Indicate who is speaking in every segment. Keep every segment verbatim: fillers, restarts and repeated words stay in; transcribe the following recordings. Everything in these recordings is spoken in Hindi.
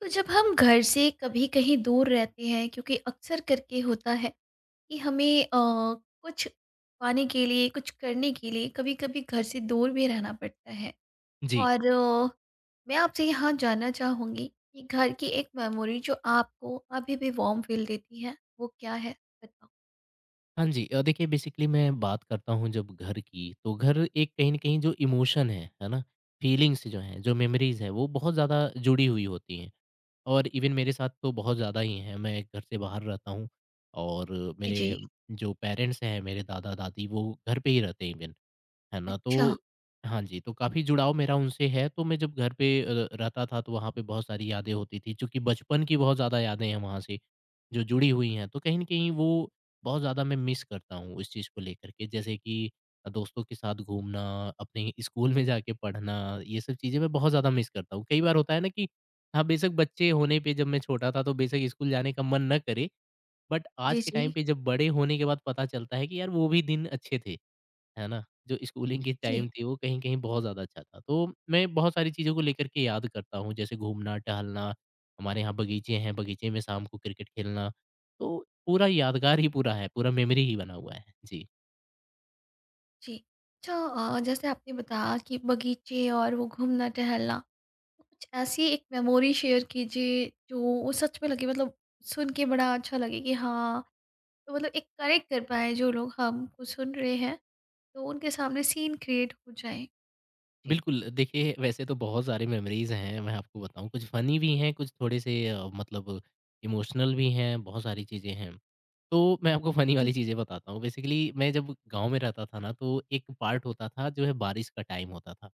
Speaker 1: तो जब हम घर से कभी कहीं दूर रहते हैं, क्योंकि अक्सर करके होता है कि हमें अ, कुछ पाने के लिए, कुछ करने के लिए कभी कभी घर से दूर भी रहना पड़ता है।
Speaker 2: जी।
Speaker 1: और अ, मैं आपसे यहाँ जानना चाहूँगी कि घर की एक मेमोरी जो आपको अभी भी वार्म फील देती है, वो क्या है? बताओ।
Speaker 2: हाँ जी। अ, देखिए बेसिकली मैं बात करता हूँ जब घर की, तो घर एक कहीं न कहीं जो इमोशन है, है ना? फीलिंग्स जो हैं, जो मेमोरीज़ हैं, वो बहुत ज़्यादा जुड़ी हुई होती हैं और इवन मेरे साथ तो बहुत ज़्यादा ही हैं। मैं घर से बाहर रहता हूँ और
Speaker 1: जी
Speaker 2: मेरे
Speaker 1: जी।
Speaker 2: जो पेरेंट्स हैं, मेरे दादा-दादी वो घर पे ही रहते हैं इवन, है ना?
Speaker 1: अच्छा।
Speaker 2: तो हाँ जी, तो काफ़ी जुड़ाव मेरा उनसे है। तो मैं जब घर पे अ, रहता था तो वहाँ पे बहुत सारी यादें होती थी, चूँकि बचपन की बहुत ज़्यादा यादें हैं वहाँ से। जो जुड़ी हुई हैं, तो कहीं न कहीं वो बहुत ज़्यादा मैं मिस करता हूँ इस चीज़ को लेकर के। जैसे कि अ, दोस्तों के साथ घूमना, अपने स्कूल में जाके पढ़ना, ये सब चीज़ें मैं बहुत ज़्यादा मिस करता हूँ। कई बार होता है ना कि हाँ, बेशक बच्चे होने पे जब मैं छोटा था, तो बेशक स्कूल जाने का मन ना करे, बट
Speaker 1: जी
Speaker 2: आज के
Speaker 1: जी।
Speaker 2: टाइम पे जब बड़े होने के बाद पता चलता है कि यार वो भी दिन अच्छे थे। है ना? जो स्कूलिंग की
Speaker 1: जी
Speaker 2: टाइम थी वो कहीं कहीं बहुत ज़्यादा अच्छा था। तो मैं बहुत सारी चीज़ों को लेकर के याद करता हूँ जैसे घूमना, टहलना, हमारे यहाँ बगीचे हैं, बगीचे में शाम को क्रिकेट खेलना। तो पूरा यादगार ही पूरा है, पूरा मेमोरी ही बना हुआ है। जी।
Speaker 1: जी। अच्छा। अ, जैसे आपने बताया कि बगीचे और वो घूमना टहलना, कुछ ऐसी एक मेमोरी शेयर कीजिए जो वो सच में लगे। मतलब सुन के बड़ा अच्छा लगे कि हाँ। तो मतलब एक कनेक्ट कर पाए जो लोग हमको सुन रहे हैं, तो उनके सामने सीन क्रिएट हो जाए। जी।
Speaker 2: बिल्कुल, देखिए वैसे तो बहुत सारे मेमोरीज़ हैं मैं आपको बताऊँ, कुछ फ़नी भी हैं, कुछ थोड़े से अ, मतलब इमोशनल भी हैं, बहुत सारी चीज़ें हैं। तो मैं आपको फ़नी
Speaker 1: जी।
Speaker 2: वाली चीज़ें बताता हूँ बेसिकली मैं जब गाँव में रहता था ना तो एक पार्ट होता था जो है बारिश का टाइम होता था।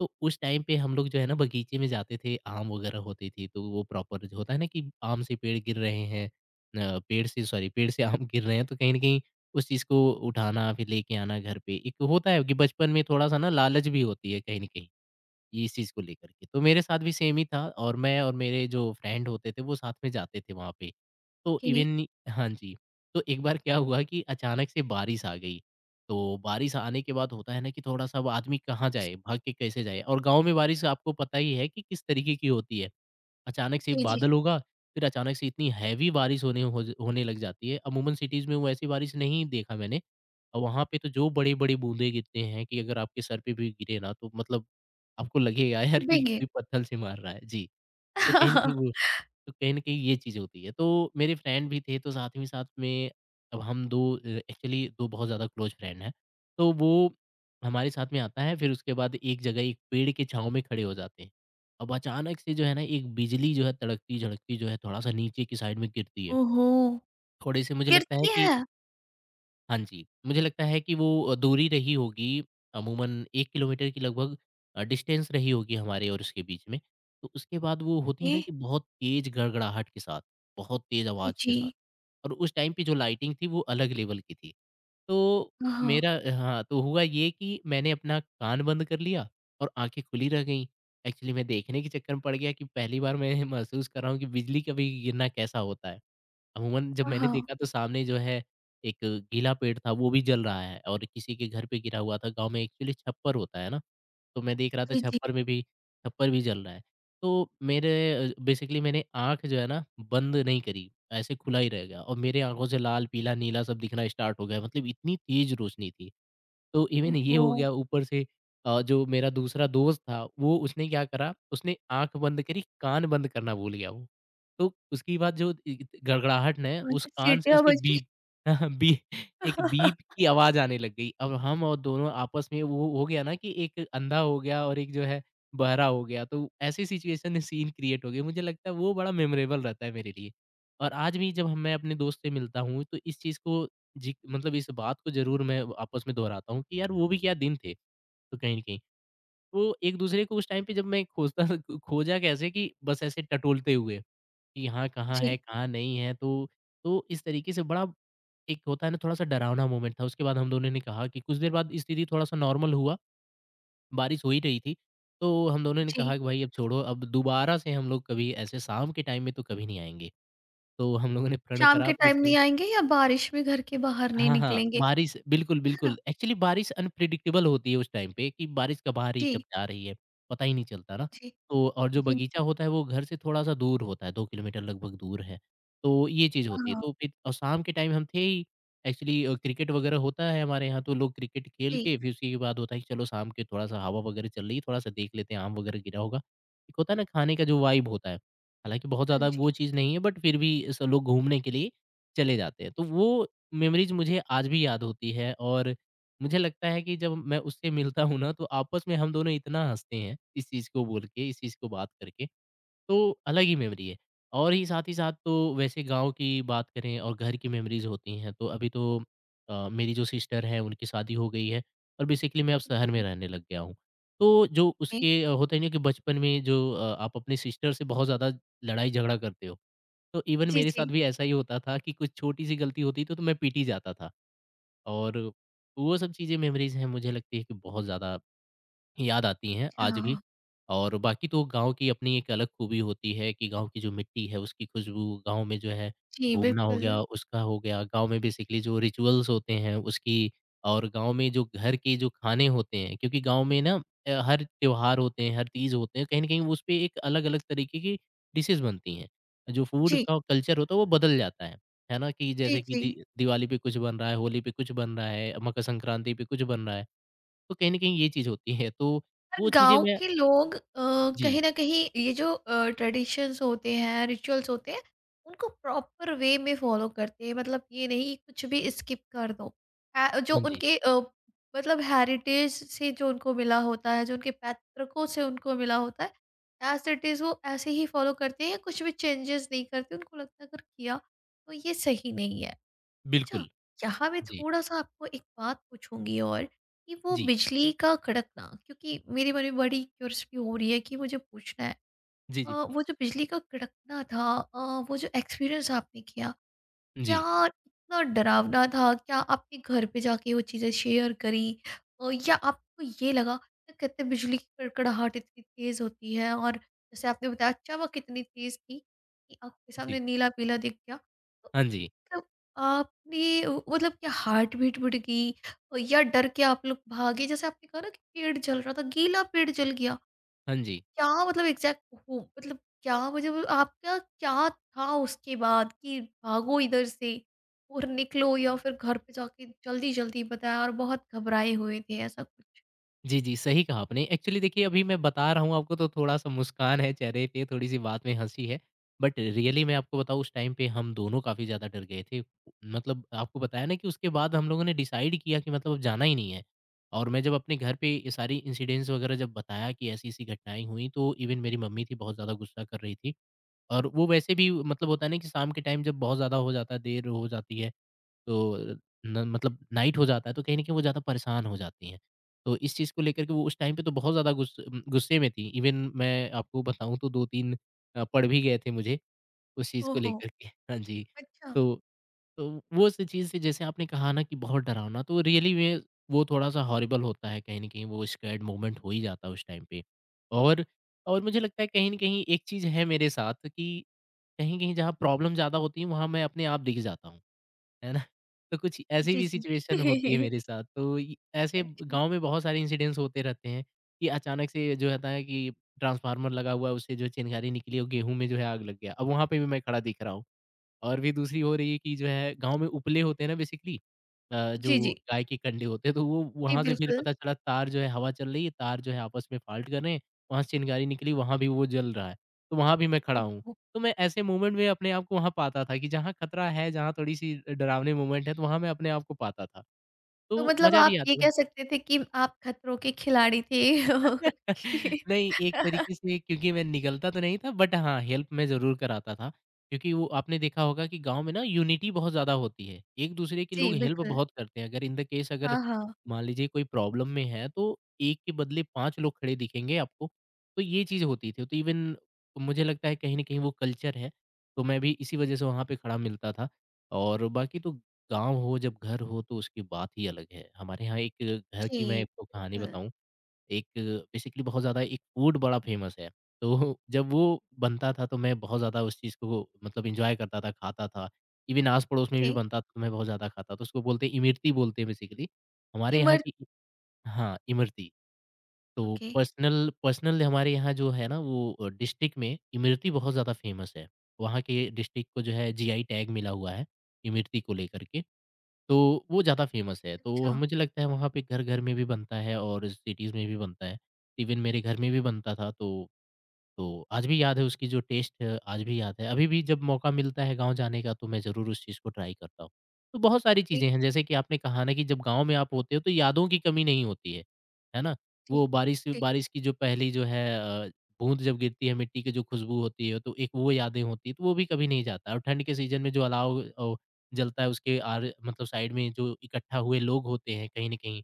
Speaker 2: तो उस टाइम पे हम लोग जो है ना बगीचे में जाते थे, आम वगैरह होती थी, तो वो प्रॉपर जो होता है ना कि आम से पेड़ गिर रहे हैं अ, पेड़ से सॉरी पेड़ से आम गिर रहे हैं, तो कहीं न कहीं उस चीज़ को उठाना फिर लेके आना घर पे, एक होता है कि बचपन में थोड़ा-सा ना लालच भी होती है कहीं न कहीं, ये इस चीज़ को लेकर के। तो मेरे साथ भी सेम ही था और मैं और मेरे जो फ्रेंड होते थे, वो साथ में जाते थे वहाँ पे। तो
Speaker 1: ओके जी।
Speaker 2: इवन हाँ जी, तो एक बार क्या हुआ कि अचानक से बारिश आ गई। तो बारिश आने के बाद होता है ना कि थोड़ा-सा अब आदमी कहाँ जाए, भाग के कैसे जाए और गाँव में बारिश आपको पता ही है कि किस तरीके की होती है। अचानक से
Speaker 1: जी
Speaker 2: बादल होगा, फिर अचानक से इतनी हैवी बारिश होने हो ज होने लग जाती है। अमूमन सिटीज़ में वो ऐसी बारिश नहीं देखा मैंने और वहाँ पे तो जो बड़े-बड़े बूँदें गिरते हैं कि अगर आपके सर पे भी गिरे ना तो मतलब आपको लगेगा यार कि
Speaker 1: डूबेंगे।
Speaker 2: कोई पत्थर से मार रहा है। जी, तो कहीं न कहीं वो तो कहीं न कहीं ये चीज़ होती है। तो मेरे फ्रेंड भी थे, तो साथ ही साथ में अब हम दो, अ, एक्चुअली दो बहुत ज़्यादा क्लोज़ फ्रेंड हैं। तो वो हमारे साथ में आता है, फिर उसके बाद एक जगह एक पेड़ की छाँव में खड़े हो जाते हैं। अब अचानक से जो है ना, एक बिजली जो है, तड़कती-झड़कती जो है, थोड़ा-सा नीचे की साइड में गिरती है।
Speaker 1: ओहो।
Speaker 2: थोड़े से मुझे लगता है
Speaker 1: गिरती
Speaker 2: कि
Speaker 1: है।
Speaker 2: हाँ जी, मुझे लगता है कि वो अ, दूरी रही होगी अमूमन एक किलोमीटर की लगभग अ, डिस्टेंस रही होगी हमारे और उसके बीच में। तो उसके बाद वो होती है
Speaker 1: ए।
Speaker 2: ना कि बहुत तेज़ गड़गड़ाहट के साथ, बहुत तेज़
Speaker 1: जी
Speaker 2: आवाज़ के
Speaker 1: जी।
Speaker 2: साथ और उस टाइम पे जो लाइटिंग थी वो अलग लेवल की थी। तो
Speaker 1: हाँ।
Speaker 2: मेरा हाँ, तो हुआ ये कि मैंने अपना कान बंद कर लिया और आँखें खुली रह गईं। एक्चुअली मैं देखने के चक्कर में पड़ गया कि पहली बार मैं महसूस कर रहा हूँ कि बिजली का भी गिरना कैसा होता है। अमूमन जब मैंने
Speaker 1: हाँ
Speaker 2: देखा तो सामने जो है एक गीला पेड़ था वो भी जल रहा है और किसी के घर पे गिरा हुआ था। गाँव में एक्चुअली छप्पर होता है ना, तो मैं देख रहा था
Speaker 1: जी जी।
Speaker 2: छप्पर में भी छप्पर भी जल रहा है। तो मेरे अ, बेसिकली मैंने आँख जो है ना बंद नहीं करी, ऐसे खुला ही रह गया और मेरे आँखों से लाल, पीला, नीला सब दिखना स्टार्ट हो गया। मतलब इतनी तेज़ रोशनी थी। तो इवन ये
Speaker 1: ओहो।
Speaker 2: हो गया ऊपर से अ, जो मेरा दूसरा दोस्त था वो उसने क्या करा उसने आँख बंद करी, कान बंद करना भूल गया वो। तो उसकी बाद जो इ गड़गड़ाहट ने उस
Speaker 1: अच्छा,
Speaker 2: कान से
Speaker 1: सीटियाँ
Speaker 2: उसके
Speaker 1: बज रही।
Speaker 2: बीप बी एक बीप की आवाज़ आने लग गई। अब हम और दोनों आपस में वो हो गया ना कि एक अंधा हो गया और एक जो है बहरा हो गया। तो ऐसी सिचुएशन में सीन क्रिएट हो गई। मुझे लगता है वो बड़ा मेमोरेबल रहता है मेरे लिए। और आज भी जब हम मैं अपने दोस्त से मिलता हूँ तो इस चीज़ को जी, मतलब इस बात को ज़रूर मैं आपस में दोहराता हूँ कि यार वो भी क्या दिन थे। तो कहीं न कहीं वो एक-दूसरे को उस टाइम पे जब मैं खोजता था खो खोजा कैसे कि बस ऐसे टटोलते हुए कि यहाँ कहाँ है,
Speaker 1: जी
Speaker 2: कहाँ नहीं है। तो तो इस तरीके से बड़ा एक होता है ना थोड़ा-सा डरावना मोमेंट था। उसके बाद हम दोनों ने कहा कि कुछ देर बाद स्थिति थोड़ा-सा नॉर्मल हुआ, बारिश हो ही रही थी। तो हम दोनों ने
Speaker 1: जी।
Speaker 2: कहा कि भाई अब छोड़ो, अब दोबारा से हम लोग कभी ऐसे शाम के टाइम में तो कभी नहीं आएँगे। तो हम लोगों ने प्रण
Speaker 1: शाम
Speaker 2: करा
Speaker 1: के
Speaker 2: फिर
Speaker 1: टाइम
Speaker 2: उसके
Speaker 1: नहीं आएंगे या बारिश में घर के बाहर नहीं
Speaker 2: हाँ, हाँ,
Speaker 1: निकलेंगे?
Speaker 2: बारिश बिल्कुल,
Speaker 1: है ना।
Speaker 2: बिल्कुल। एक्चुअली बारिश अनप्रेडिक्टेबल होती है उस टाइम पे कि बारिश कब आ रही है,
Speaker 1: जी
Speaker 2: कब जा रही है, पता ही नहीं चलता ना।
Speaker 1: जी।
Speaker 2: तो और जो
Speaker 1: जी,
Speaker 2: बगीचा होता है वो घर से थोड़ा-सा दूर होता है, दो किलोमीटर लगभग दूर है। तो ये चीज़ होती है,
Speaker 1: हाँ,
Speaker 2: तो फिर और शाम के टाइम हम थे ही एक्चुअली अ, क्रिकेट वगैरह होता है हमारे यहाँ तो लोग क्रिकेट खेल
Speaker 1: जी।
Speaker 2: के फिर उसके बाद होता है कि चलो शाम के थोड़ा-सा हवा वगैरह चल रही है, थोड़ा-सा देख लेते हैं आम वगैरह गिरा होगा। एक होता है ना खाने का जो वाइब होता है, हालाँकि बहुत
Speaker 1: हाँ
Speaker 2: ज़्यादा
Speaker 1: जी,
Speaker 2: वो चीज़ नहीं है बट फिर भी सब लोग घूमने के लिए चले जाते हैं। तो वो मेमोरीज़ मुझे आज भी याद होती है और मुझे लगता है कि जब मैं उससे मिलता हूँ ना, तो आपस में हम दोनों इतना हँसते हैं, इस चीज़ को बोल के, इस चीज़ को बात करके, तो अलग ही मेमोरी है। और ही साथ ही साथ तो वैसे गाँव की बात करें और घर की मेमोरीज़ होती हैं, तो अभी तो अ, मेरी जो सिस्टर है, उनकी शादी हो गई है और बेसिकली मैं अब शहर में रहने लग गया हूँ। तो जो
Speaker 1: जी।
Speaker 2: उसके अ, होता है ना कि बचपन में जो अ, आप अपनी सिस्टर से बहुत ज़्यादा लड़ाई-झगड़ा करते हो। तो इवन
Speaker 1: जी,
Speaker 2: मेरे साथ
Speaker 1: जी।
Speaker 2: भी ऐसा ही होता था कि कुछ छोटी-सी गलती होती थी तो मैं पीटी जाता था और वो सब चीज़ें मेमोरीज़ हैं मुझे लगती है कि बहुत ज़्यादा याद आती हैं आज भी।
Speaker 1: अच्छा,
Speaker 2: और बाकी तो गाँव की अपनी एक अलग खूबी होती है कि गाँव की जो मिट्टी है उसकी खुशबू, गाँव में जो है
Speaker 1: जी,
Speaker 2: घूमना हो गया,
Speaker 1: बिल्कुल।
Speaker 2: उसका हो गया, गाँव में बेसिकली जो रिचुअल्स होते हैं उसकी और गाँव में जो घर के जो खाने होते हैं क्योंकि गाँव में ना अ, हर त्योहार होते हैं, हर तीज होते हैं, कहीं न कहीं उसपे एक अलग-अलग तरीके की डिशेज़ बनती हैं। जो फूड
Speaker 1: जी,
Speaker 2: का कल्चर होता है वो बदल जाता है, है ना? कि
Speaker 1: जी,
Speaker 2: जैसे कि दि
Speaker 1: जी।
Speaker 2: दिवाली पे कुछ बन रहा है, होली पे कुछ बन रहा है, मकर संक्रांति पे कुछ बन रहा है। तो कहीं न कहीं ये चीज़ होती है, तो
Speaker 1: पर
Speaker 2: वो चीज़ें
Speaker 1: गाँव
Speaker 2: मैं
Speaker 1: के लोग अ,
Speaker 2: जी,
Speaker 1: कहीं न कहीं ये जो अ, ट्रेडिशंस होते हैं, रिचुअल्स होते हैं, उनको प्रॉपर वे में फ़ॉलो करते हैं। मतलब ये नहीं कि कुछ भी स्किप कर दो। अ, जो
Speaker 2: हाँ जी,
Speaker 1: उनके अ, मतलब हेरिटेज से जो उनको मिला होता है, जो उनके पैतृकों से उनको मिला होता है, एज़ इट इज़ वो ऐसे ही फ़ॉलो करते हैं, कुछ भी चेंजेस नहीं करते। उनको लगता है अगर किया, तो ये सही नहीं है। अच्छा,
Speaker 2: बिल्कुल।
Speaker 1: यहाँ मैं
Speaker 2: जी,
Speaker 1: थोड़ा-सा आपको एक बात पूछूँगी। और कि वो
Speaker 2: जी,
Speaker 1: बिजली का कड़कना, क्योंकि मेरे मन में बड़ी क्यूरियोसिटी हो रही है कि मुझे पूछना है।
Speaker 2: जी,
Speaker 1: अ,
Speaker 2: जी,
Speaker 1: वो जो बिजली का कड़कना था, अ, वो जो एक्सपीरियंस आपने किया, क्या
Speaker 2: जी,
Speaker 1: इतना डरावना था? क्या आपने घर पे जाके वो चीज़ें शेयर करी? अ, या आपको ये लगा क्या कहते हैं बिजली की कड़कड़ाहट इतनी तेज़ होती है? और जैसे आपने बताया, चमक इतनी तेज़ थी कि आँखों के सामने
Speaker 2: जी,
Speaker 1: नीला-पीला दिख गया।
Speaker 2: हाँ जी,
Speaker 1: मतलब आपने अ, मतलब क्या हार्ट बीट बढ़ गई? अ, या डर के आप लोग भागे, जैसे आपने कहा ना कि पेड़ जल रहा था, गीला पेड़ जल गया।
Speaker 2: हाँ जी।
Speaker 1: क्या मतलब एग्जैक्ट हो, मतलब क्या मुझे वो- आपका क्या था उसके बाद, कि भागो इधर से और निकलो या फिर घर पे जाके जल्दी जल्दी बताया और बहुत घबराए हुए थे, ऐसा कुछ?
Speaker 2: जी, जी, सही कहा आपने। एक्चुअली देखिए अभी मैं बता रहा हूँ आपको तो थोड़ा-सा मुस्कान है चेहरे पे, थोड़ी-सी बात में हँसी है, बट रियली मैं आपको बताऊँ उस टाइम पे हम दोनों काफ़ी ज़्यादा डर गए थे। मतलब आपको बताया ना कि उसके बाद हम लोगों ने डिसाइड किया कि मतलब अब जाना ही नहीं है और मैं जब अपने घर पे ये सारी इंसिडेंट्स वगैरह जब बताया कि ऐसी-ऐसी घटनाएँ हुई, तो इवन मेरी मम्मी थी बहुत ज़्यादा गुस्सा कर रही थी। और वो वैसे भी मतलब होता है ना कि शाम के टाइम जब बहुत ज़्यादा हो जाता है, देर हो जाती है, तो न मतलब नाइट हो जाता है, तो कहीं न कहीं वो ज़्यादा परेशान हो जाती हैं। तो इस चीज़ को लेकर के वो उस टाइम पे तो बहुत ज़्यादा गुस गुस्से में थी। इवन मैं आपको बताऊँ तो दो-तीन अ, पड़ भी गए थे मुझे उस चीज़ को
Speaker 1: ओहो।
Speaker 2: लेकर के। हाँ जी,
Speaker 1: अच्छा।
Speaker 2: तो तो वो सी चीज़ें जैसे आपने कहा ना कि बहुत डरावना, तो रियली में वो थोड़ा-सा हॉरिबल होता है कहीं न कहीं, वो स्कैर्ड मोमेंट हो ही जाता है उस टाइम पे। और और मुझे लगता है कहीं न कहीं एक चीज़ है मेरे साथ कि कहीं कहीं जहाँ प्रॉब्लम ज़्यादा होती है, वहाँ मैं अपने आप दिख जाता हूँ, है ना? तो कुछ ऐसी
Speaker 1: जी
Speaker 2: भी सिचुएशन होती है
Speaker 1: जी।
Speaker 2: मेरे साथ, तो इ ऐसे
Speaker 1: अच्छा।
Speaker 2: गाँव में बहुत सारे इंसिडेंट्स होते रहते हैं कि अचानक से जो होता है कि ट्रांसफार्मर लगा हुआ है, उससे जो चिंगारी निकली और गेहूँ में जो है आग लग गया। अब वहाँ पे भी मैं खड़ा दिख रहा हूँ। और भी दूसरी हो रही है कि जो है गाँव में उपले होते हैं ना बेसिकली अ,
Speaker 1: जी
Speaker 2: जो
Speaker 1: जी।
Speaker 2: गाय के कंडे होते हैं, तो वो
Speaker 1: जी
Speaker 2: वहाँ से फिर
Speaker 1: बिल्कुल।
Speaker 2: पता चला तार जो है हवा चल रही है, तार जो है आपस में फाल्ट कर रहे हैं, वहाँ से चिंगारी निकली, वहाँ भी वो जल रहा है, तो वहाँ भी मैं खड़ा हूँ। तो मैं ऐसे मोमेंट में अपने आप को वहाँ पाता था कि जहाँ खतरा है, जहाँ थोड़ी-सी डरावनी मोमेंट है, तो वहाँ मैं अपने आप को पाता था।
Speaker 1: तो
Speaker 2: तो
Speaker 1: मतलब
Speaker 2: मज़ा भी
Speaker 1: आप ये
Speaker 2: आता
Speaker 1: कह
Speaker 2: था।
Speaker 1: सकते थे कि आप खतरों के खिलाड़ी थे। ओके।
Speaker 2: नहीं, एक तरीके से क्योंकि मैं निकलता तो नहीं था बट हाँ, हेल्प मैं ज़रूर कराता था। क्योंकि वो आपने देखा होगा कि गाँव में ना यूनिटी बहुत ज़्यादा होती है। एक-दूसरे की
Speaker 1: जी,
Speaker 2: लोग हेल्प
Speaker 1: बिल्कुल।
Speaker 2: बहुत करते हैं। अगर इन द केस अगर
Speaker 1: हाँ, हाँ।
Speaker 2: मान लीजिए कोई प्रॉब्लम में है तो एक के बदले पाँच लोग खड़े दिखेंगे आपको। तो ये चीज़ होती थी। तो इवन मुझे लगता है कहीं न कहीं वो कल्चर है। तो मैं भी इसी वज़ह से वहाँ पे खड़ा मिलता था। और बाकी तो गाँव हो जब घर हो तो उसकी बात ही अलग है। हमारे यहाँ एक घर की मैं
Speaker 1: जी,
Speaker 2: आपको कहानी
Speaker 1: बिल्कुल।
Speaker 2: बताऊँ, एक बेसिकली बहुत ज़्यादा एक फूड बड़ा फ़ेमस है। तो जब वो बनता था तो मैं बहुत ज़्यादा उस चीज़ को मतलब एन्जॉय करता था, खाता था। इवन आस-पड़ोस में
Speaker 1: ओके।
Speaker 2: भी बनता था तो मैं बहुत ज़्यादा खाता था। तो उसको बोलते हैं इमरती बोलते हैं बेसिकली। हमारे यहाँ
Speaker 1: इमर।
Speaker 2: की हाँ, इमरती। तो
Speaker 1: ओके।
Speaker 2: पर्सनल पर्सनल हमारे यहाँ जो है ना वो अ, डिस्ट्रिक्ट में इमरती बहुत ज़्यादा फ़ेमस है। वहाँ के डिस्ट्रिक्ट को जो है जीआई टैग मिला हुआ है, इमरती को लेकर के। तो वो ज़्यादा फ़ेमस है, तो हम-
Speaker 1: अच्छा।
Speaker 2: मुझे लगता है वहाँ पे घर-घर में भी बनता है और सिटीज़ में भी बनता है। इवन मेरे घर में भी बनता था तो तो आज भी याद है उसकी जो टेस्ट है, आज भी याद है। अभी भी जब मौका मिलता है गाँव जाने का तो मैं ज़रूर उस चीज़ को ट्राई करता हूँ। तो बहुत सारी
Speaker 1: ओके।
Speaker 2: चीज़ें हैं जैसे कि आपने कहा ना कि जब गाँव में आप होते हो तो यादों की कमी नहीं होती है, है ना?
Speaker 1: जी,
Speaker 2: वो बारिश
Speaker 1: जी।
Speaker 2: बारिश की जो पहली जो है अ, बूँद जब गिरती है मिट्टी की जो खुशबू होती है तो एक वो यादें होती हैं तो वो भी कभी नहीं जाता और ठंड के सीज़न में जो अलाव अ, जलता है उसके आर मतलब साइड में जो इकट्ठा हुए लोग होते हैं कहीं न कहीं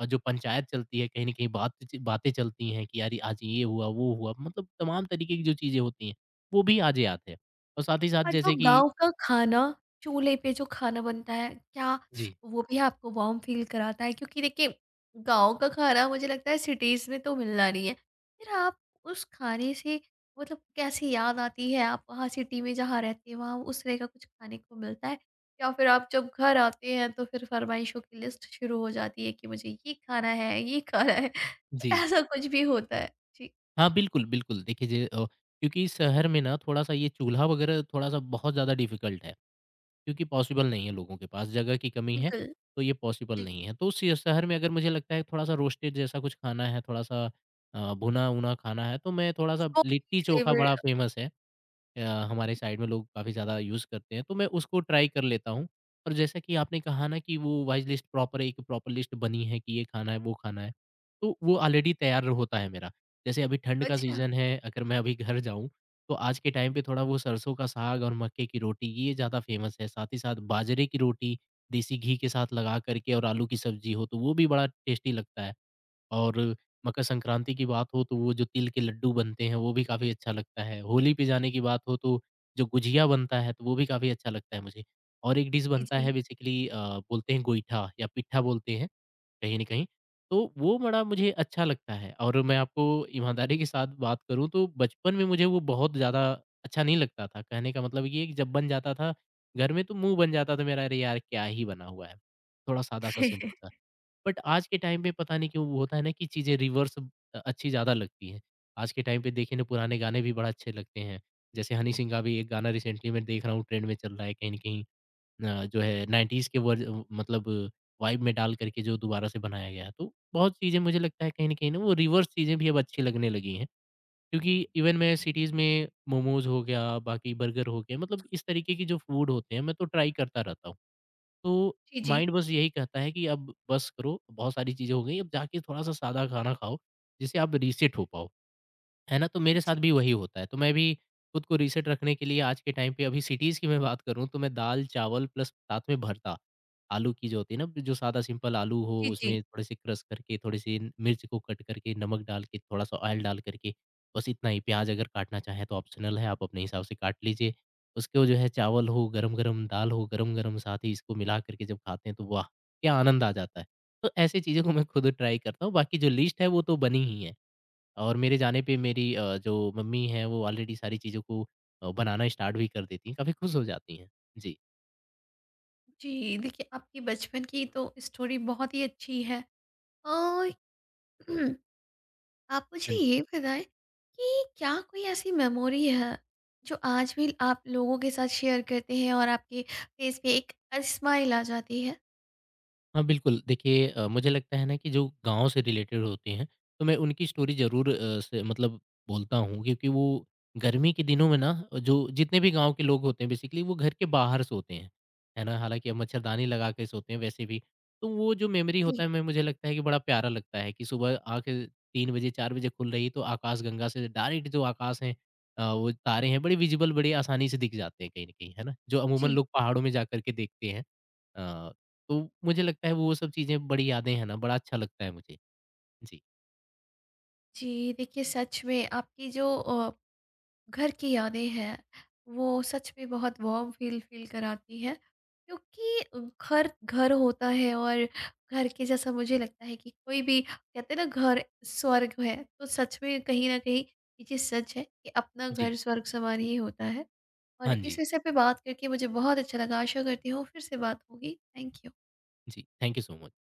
Speaker 2: और जो पंचायत चलती है, कहीं न कहीं बात च बातें चलती हैं कि यार ये आज ये हुआ, वो हुआ, मतलब तमाम तरीके की जो चीज़ें होती हैं, वो भी आज याद है। और साथ ही साथ
Speaker 1: और वो
Speaker 2: जैसे कि
Speaker 1: गाँव का खाना, चूल्हे पे जो खाना बनता है, क्या
Speaker 2: जी,
Speaker 1: वो भी आपको वार्म फ़ील कराता है? क्योंकि देखिए, गाँव का खाना मुझे लगता है सिटीज़ में तो मिलना नहीं है। फिर आप उस खाने से मतलब कैसी याद आती है? आप वहाँ सिटी में जहाँ रहते हैं, वहाँ उस तरह का कुछ खाने को मिलता है? या फिर आप जब घर आते हैं, तो फिर फ़रमाइशों की लिस्ट शुरू हो जाती है कि मुझे ये खाना है, ये खाना है? तो
Speaker 2: जी।
Speaker 1: ऐसा कुछ भी होता है? जी,
Speaker 2: हाँ, बिल्कुल, बिल्कुल। देखिए जे अ, क्योंकि शहर में ना थोड़ा-सा ये चूल्हा वगैरह थोड़ा-सा बहुत ज़्यादा डिफ़िकल्ट है, क्योंकि पॉसिबल नहीं है लोगों के पास, जगह की कमी है,
Speaker 1: बिल्कुल।
Speaker 2: तो ये पॉसिबल
Speaker 1: जी,
Speaker 2: नहीं है। तो श शहर में अगर मुझे लगता है थोड़ा-सा रोस्टेड जैसा कुछ खाना है, थोड़ा-सा अ, भुना-वुना खाना है, तो मैं थोड़ा-सा
Speaker 1: स्मोकी
Speaker 2: लिट्टी-चोखा बड़ा
Speaker 1: फ्लेवर।
Speaker 2: फ़ेमस है। अ, हमारे साइड में लोग काफ़ी ज़्यादा यूज़ करते हैं, तो मैं उसको ट्राई कर लेता हूँ। और जैसा कि आपने कहा ना कि वो वाइस लिस्ट प्रॉपर एक प्रॉपर लिस्ट बनी है कि ये खाना है, वो खाना है, तो वो ऑलरेडी तैयार होता है मेरा। जैसे अभी ठंड का
Speaker 1: अच्छा।
Speaker 2: सीज़न है, अगर मैं अभी घर जाऊँ, तो आज के टाइम पे थोड़ा वो सरसों का साग और मक्के की रोटी ये ज़्यादा फ़ेमस है। साथ ही साथ बाजरे की रोटी देसी घी के साथ लगा कर के और आलू की सब्ज़ी हो, तो वो भी बड़ा टेस्टी लगता है। और मकर संक्रांति की बात हो तो वो जो तिल के लड्डू बनते हैं वो भी काफ़ी अच्छा लगता है। होली पे जाने की बात हो तो जो गुझिया बनता है तो वो भी काफ़ी अच्छा लगता है मुझे। और एक डिश
Speaker 1: जी,
Speaker 2: बनता
Speaker 1: जी।
Speaker 2: है बेसिकली अ, बोलते हैं गोईठा या पिट्ठा बोलते हैं कहीं न कहीं, तो वो बड़ा मुझे अच्छा लगता है। और मैं आपको ईमानदारी के साथ बात करूँ तो बचपन में मुझे वो बहुत ज़्यादा अच्छा नहीं लगता था। कहने का मतलब ये है कि जब बन जाता था घर में तो मुँह बन जाता था मेरा अरे यार! क्या ही बना हुआ है। थोड़ा सादा-सा सिंपल-सा। बट आज के टाइम पे पता नहीं क्यों वो होता है ना कि चीज़ें रिवर्स अ, अच्छी ज़्यादा लगती हैं। आज के टाइम पे देखें ना पुराने गाने भी बड़ा अच्छे लगते हैं। जैसे हनी सिंह का भी एक गाना रिसेंटली मैं देख रहा हूँ ट्रेंड में चल रहा है कहीं न कहीं अ, जो है नाइंटीज़ के वर्ज़ अ, मतलब वाइब में डाल कर के जो दोबारा से बनाया गया है। तो बहुत चीज़ें मुझे लगता है कहीं न कहीं ना वो रिवर्स चीज़ें भी अब अच्छी लगने लगी हैं। क्योंकि इवन मैं सिटीज़ में मोमोज़ हो गया, बाकी बर्गर हो गया मतलब इस तरीके के जो फूड होते हैं मैं तो ट्राई करता रहता हूँ। तो
Speaker 1: जी, जी।
Speaker 2: माइंड बस यही कहता है कि अब बस करो, बहुत सारी चीज़ें हो गई, अब जाके थोड़ा-सा सादा खाना खाओ, जिससे आप रीसेट हो पाओ। है ना? तो
Speaker 1: हाँ
Speaker 2: मेरे साथ
Speaker 1: जी।
Speaker 2: भी वही होता है। तो मैं भी खुद को रीसेट रखने के लिए आज के टाइम पे अभी सिटीज़ की मैं बात करूँ तो मैं दाल-चावल प्लस साथ में भरता, आलू की जो होती है ना, जो सादा सिंपल आलू हो
Speaker 1: जी, जी।
Speaker 2: उसमें थोड़े-से क्रश करके, थोड़ी-सी मिर्च को कट करके, नमक डाल के, थोड़ा-सा ऑयल डाल करके, बस इतना ही। प्याज़ अगर काटना चाहें तो ऑप्शनल है, आप अपने हिसाब से काट लीजिए। उसको जो है चावल हो, गरम-गरम दाल हो, गरम-गरम साथ ही इसको मिला करके जब खाते हैं तो वाह! क्या आनंद आ जाता है। तो ऐसी चीज़ों को मैं खुद ट्राई करता हूँ, बाकी जो लिस्ट है वो तो बनी ही है। और मेरे जाने पे मेरी अ, जो मम्मी हैं वो ऑलरेडी सारी चीज़ों को अ, बनाना स्टार्ट भी कर देती हैं, काफ़ी खुश हो जाती हैं। जी,
Speaker 1: जी, देखिए आपकी बचपन की तो स्टोरी बहुत ही अच्छी है। और आप मुझे
Speaker 2: हाँ जी।
Speaker 1: ये बताएँ कि क्या कोई ऐसी मेमोरी है जो आज भी आप लोगों के साथ शेयर करते हैं और आपके फेस पे एक स्माइल आ जाती है?
Speaker 2: हाँ, बिल्कुल। देखिए अ, मुझे लगता है ना कि जो गाँव से रिलेटेड होते हैं, तो मैं उनकी स्टोरी ज़रूर अ, से मतलब बोलता हूँ क्योंकि वो गर्मी के दिनों में ना जो जितने भी गाँव के लोग होते हैं बेसिकली वो घर के बाहर सोते हैं, है ना? हालाँकि अब मच्छरदानी लगा के सोते हैं वैसे भी। तो वो जो मेमोरी
Speaker 1: जी,
Speaker 2: होता है मैं मुझे लगता है कि बड़ा प्यारा लगता है कि सुबह आँखें तीन बजे चार बजे खुल रही है तो आकाशगंगा से डायरेक्ट जो आकाश है अ, वो तारे हैं बड़े विज़िबल बड़े आसानी से दिख जाते हैं कहीं न कहीं, है ना? जो अमूमन
Speaker 1: जी।
Speaker 2: लोग पहाड़ों में जा कर के देखते हैं। अ, तो मुझे लगता है वो सब चीज़ें बड़ी यादें हैं ना, बड़ा अच्छा लगता है मुझे। जी,
Speaker 1: जी, देखिए सच में आपकी जो अ घर की यादें हैं, वो सच में बहुत वार्म फील फील कराती है। क्योंकि घर घर होता है और घर के जैसा मुझे लगता है कि कोई भी, कहते हैं ना घर स्वर्ग है, तो सच में कहीं ना कहीं ये चीज़ सच है कि अपना
Speaker 2: जी।
Speaker 1: घर स्वर्ग समान ही होता है। और
Speaker 2: हाँ
Speaker 1: इस
Speaker 2: जी,
Speaker 1: विषय पे बात करके मुझे बहुत अच्छा लगा। आशा करती हूँ फिर से बात होगी। Thank you.
Speaker 2: जी। Thank you so much.